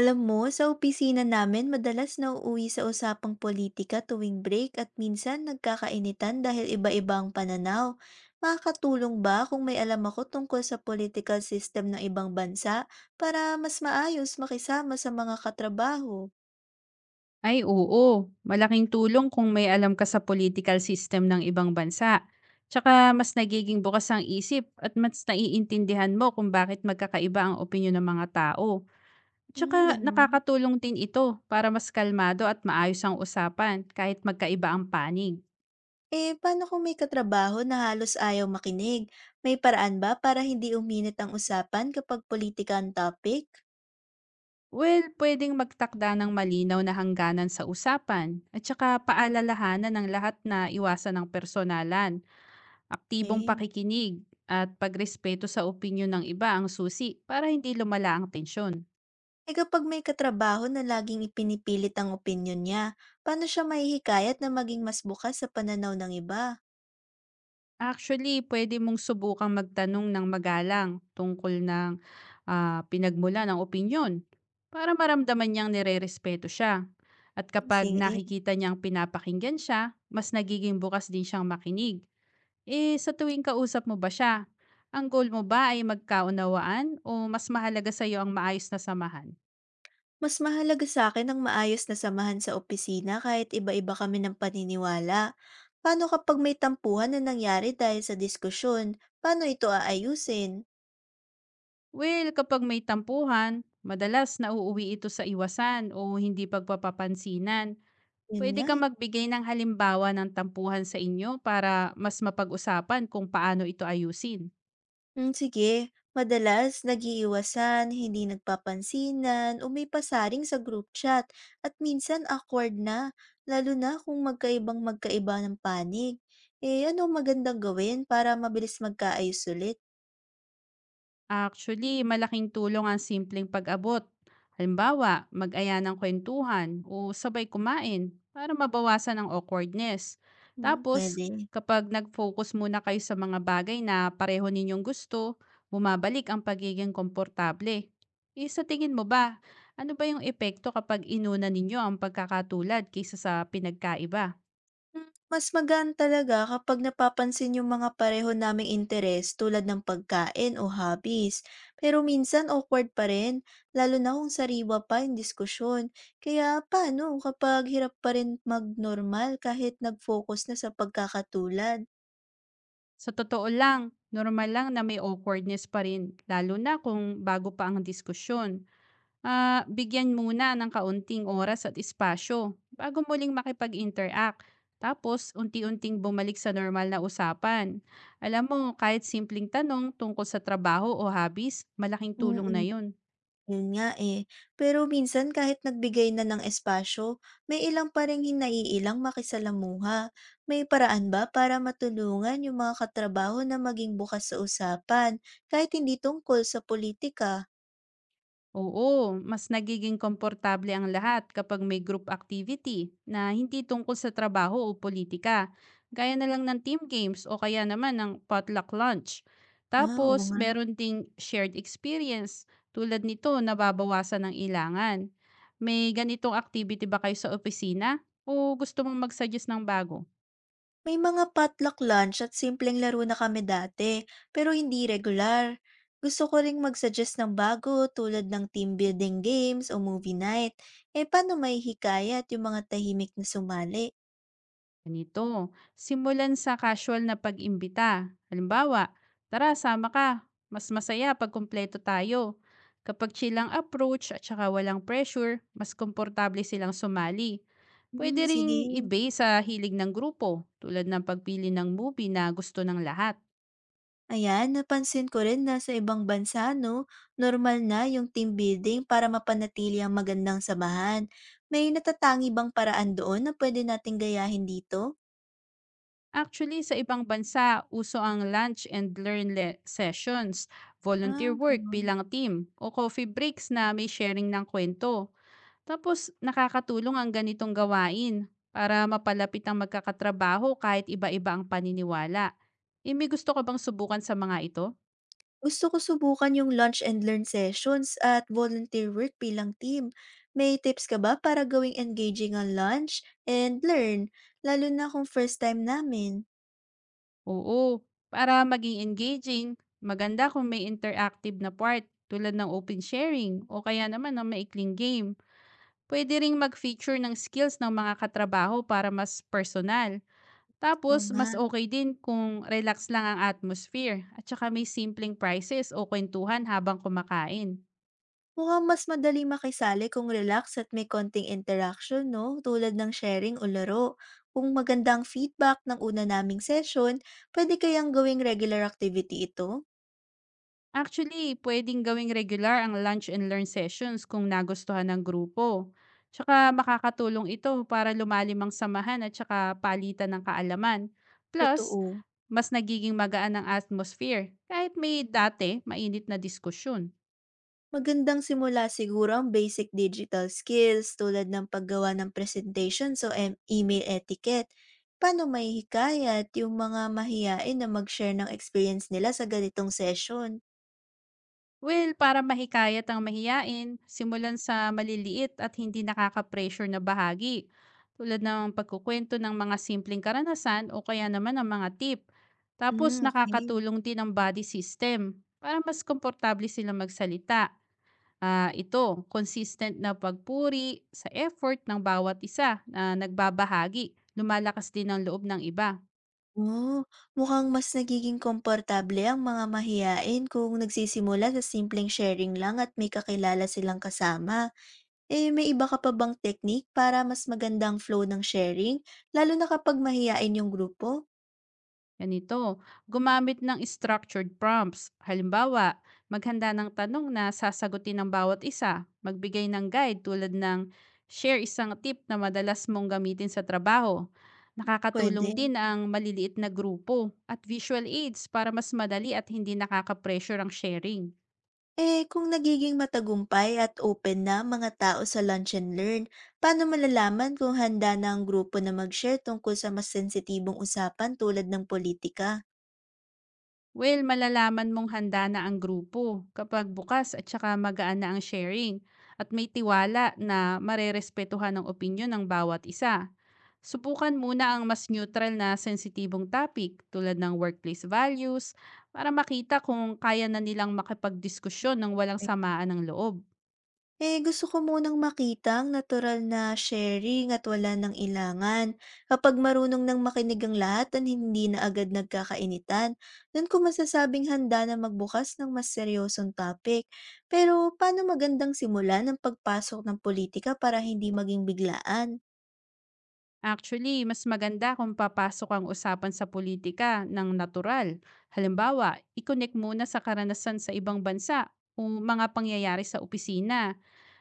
Alam mo, sa opisina namin madalas nauuwi sa usapang politika tuwing break at minsan nagkakainitan dahil iba-iba ang pananaw. Makakatulong ba kung may alam ako tungkol sa political system ng ibang bansa para mas maayos makisama sa mga katrabaho? Ay oo, malaking tulong kung may alam ka sa political system ng ibang bansa. Tsaka mas nagiging bukas ang isip at mas naiintindihan mo kung bakit magkakaiba ang opinyon ng mga tao. Tsaka Hmm, ganun. nakakatulong din ito para mas kalmado at maayos ang usapan kahit magkaiba ang panig. Eh, paano kung may katrabaho na halos ayaw makinig? May paraan ba para hindi uminit ang usapan kapag politika ang topic? Well, pwedeng magtakda ng malinaw na hangganan sa usapan at tsaka paalalahanan ng lahat na iwasan ng personalan. Aktibong Eh. pakikinig at pagrespeto sa opinyon ng iba ang susi para hindi lumala ang tensyon. Eh kapag may katrabaho na laging ipinipilit ang opinyon niya, paano siya mahihikayat na maging mas bukas sa pananaw ng iba? Actually, pwede mong subukang magtanong ng magalang tungkol ng pinagmula ng opinyon para maramdaman niyang nire-respeto siya. At kapag Sige. nakikita niyang pinapakinggan siya, mas nagiging bukas din siyang makinig. Eh, sa tuwing kausap mo ba siya? Ang goal mo ba ay magkaunawaan o mas mahalaga sa iyo ang maayos na samahan? Mas mahalaga sa akin ang maayos na samahan sa opisina kahit iba-iba kami ng paniniwala. Paano kapag may tampuhan na nangyari dahil sa diskusyon? Paano ito aayusin? Well, kapag may tampuhan, madalas nauuwi ito sa iwasan o hindi pagpapapansinan. Yun Pwede nga. kang magbigay ng halimbawa ng tampuhan sa inyo para mas mapag-usapan kung paano ito ayusin. Hmm, sige. Madalas, nag-iiwasan, hindi nagpapansinan, o may pasaring sa group chat, at minsan awkward na, lalo na kung magkaibang magkaiba ng panig. Eh, ano ang magandang gawin para mabilis magkaayos ulit? Actually, malaking tulong ang simpleng pag-abot. Halimbawa, mag-aya ng kwentuhan o sabay kumain para mabawasan ang awkwardness. Hmm, Tapos, pwede. kapag nag-focus muna kayo sa mga bagay na pareho ninyong gusto, bumabalik ang pagiging komportable. E sa tingin mo ba, ano ba yung epekto kapag inuna ninyo ang pagkakatulad kaysa sa pinagkaiba? Mas magaan talaga kapag napapansin yung mga pareho naming interes tulad ng pagkain o hobbies. Pero minsan awkward pa rin, lalo na kung sariwa pa yung diskusyon. Kaya paano kapag hirap pa rin magnormal kahit nag-focus na sa pagkakatulad? Sa totoo lang, normal lang na may awkwardness pa rin, lalo na kung bago pa ang diskusyon. Bigyan muna ng kaunting oras at espasyo bago muling makipag-interact. Tapos, unti-unting bumalik sa normal na usapan. Alam mo, kahit simpleng tanong tungkol sa trabaho o hobbies, malaking tulong na Mm. yun. Yun nga eh. Pero minsan kahit nagbigay na ng espasyo, may ilang pa ring naiilang makisalamuha. May paraan ba para matulungan yung mga katrabaho na maging bukas sa usapan kahit hindi tungkol sa politika? Oo, mas nagiging komportable ang lahat kapag may group activity na hindi tungkol sa trabaho o politika, gaya na lang ng team games o kaya naman ng potluck lunch. Ah, oo Tapos, nga. meron ding shared experience. Tulad nito, na nababawasan ng ilangan. May ganitong activity ba kayo sa opisina? O gusto mong mag-suggest ng bago? May mga potluck lunch at simpleng laro na kami dati, pero hindi regular. Gusto ko ring mag-suggest ng bago tulad ng team building games o movie night. Eh, paano may hikayat yung mga tahimik na sumali? Ganito, simulan sa casual na pag-imbita. Halimbawa, tara sama ka, mas masaya pag kumpleto tayo. Kapag chill ang approach at saka walang pressure, mas komportable silang sumali. Hmm, Pwede ring sige. i-base sa hilig ng grupo, tulad ng pagpili ng movie na gusto ng lahat. Ayan, napansin ko rin na sa ibang bansa, no, normal na yung team building para mapanatili ang magandang samahan. May natatangi bang paraan doon na pwede nating gayahin dito? Actually, sa ibang bansa, uso ang lunch and learn sessions, Ah, volunteer work ganun. bilang team, o coffee breaks na may sharing ng kwento. Tapos nakakatulong ang ganitong gawain para mapalapit ang magkakatrabaho kahit iba-iba ang paniniwala. Eh, may gusto ka bang subukan sa mga ito? Gusto ko subukan yung lunch and learn sessions at volunteer work bilang team. May tips ka ba para gawing engaging ang lunch and learn, lalo na kung first time namin? Oo, para maging engaging, maganda kung may interactive na part tulad ng open sharing o kaya naman ng maikling game. Pwede ring mag-feature ng skills ng mga katrabaho para mas personal. Tapos, Oo nga. mas okay din kung relax lang ang atmosphere at saka may simpleng prices o kwentuhan habang kumakain. Mukhang mas madaling makisali kung relax at may konting interaction, no? Tulad ng sharing o laro. Kung magandang feedback ng una naming session, pwede kayang gawing regular activity ito? Actually, puwedeng gawing regular ang lunch and learn sessions kung nagustuhan ng grupo. Tsaka makakatulong ito para lumalim ang samahan at tsaka palitan ng kaalaman. Plus, Totoo. mas nagiging magaan ang atmosphere kahit may dati mainit na diskusyon. Magandang simula siguro ang basic digital skills tulad ng paggawa ng presentation o email etiquette. Paano maihikayat yung mga mahiyain na mag-share ng experience nila sa ganitong session? Well, para mahikayat ang mahiyain, simulan sa maliliit at hindi nakaka-pressure na bahagi, tulad ng pagkukwento ng mga simpleng karanasan o kaya naman ang mga tip. Tapos Mm, okay. nakakatulong din ang body system para mas komportable silang magsalita. Ah, ito, consistent na pagpuri sa effort ng bawat isa na nagbabahagi. Lumalakas din ang loob ng iba. Oh, mukhang mas nagiging komportable ang mga mahiyain kung nagsisimula sa simpleng sharing lang at may kakilala silang kasama. Eh, may iba ka pa bang technique para mas magandang flow ng sharing, lalo na kapag mahiyain yung grupo? Ganito, gumamit ng structured prompts. Halimbawa, maghanda ng tanong na sasagutin ng bawat isa, magbigay ng guide tulad ng share isang tip na madalas mong gamitin sa trabaho. Pwede. Nakakatulong din ang maliliit na grupo at visual aids para mas madali at hindi nakaka-pressure ang sharing. Eh, kung nagiging matagumpay at open na ang mga tao sa lunch and learn, paano malalaman kung handa na ang grupo na mag-share tungkol sa mas sensitibong usapan tulad ng politika? Well, malalaman mong handa na ang grupo kapag bukas at saka magaan na ang sharing at may tiwala na marerespetuhan ang opinyon ng bawat isa. Subukan muna ang mas neutral na sensitibong topic tulad ng workplace values para makita kung kaya na nilang makipagdiskusyon ng walang samaan ng loob. Eh, gusto ko munang makita ang natural na sharing at wala ng ilangan. Kapag marunong nang makinig ang lahat at hindi na agad nagkakainitan, doon ko masasabing handa na magbukas ng mas seryosong topic. Pero paano magandang simulan ng pagpasok ng politika para hindi maging biglaan? Actually, mas maganda kung papasok ang usapan sa politika ng natural. Halimbawa, i-connect muna sa karanasan sa ibang bansa o mga pangyayari sa opisina.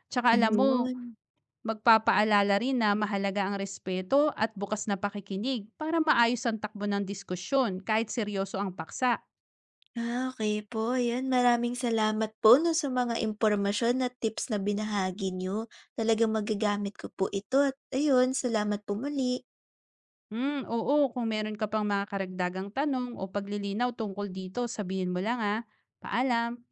Tsaka alam mo, Ayun. magpapaalala rin na mahalaga ang respeto at bukas na pakikinig para maayos ang takbo ng diskusyon kahit seryoso ang paksa. Ah, okay po. Ayun, maraming salamat po no, sa mga impormasyon at tips na binahagi nyo. Talagang magagamit ko po ito. At ayun, salamat po muli. Hmm, oo, kung meron ka pang mga karagdagang tanong o paglilinaw tungkol dito, sabihin mo lang, ah. Paalam.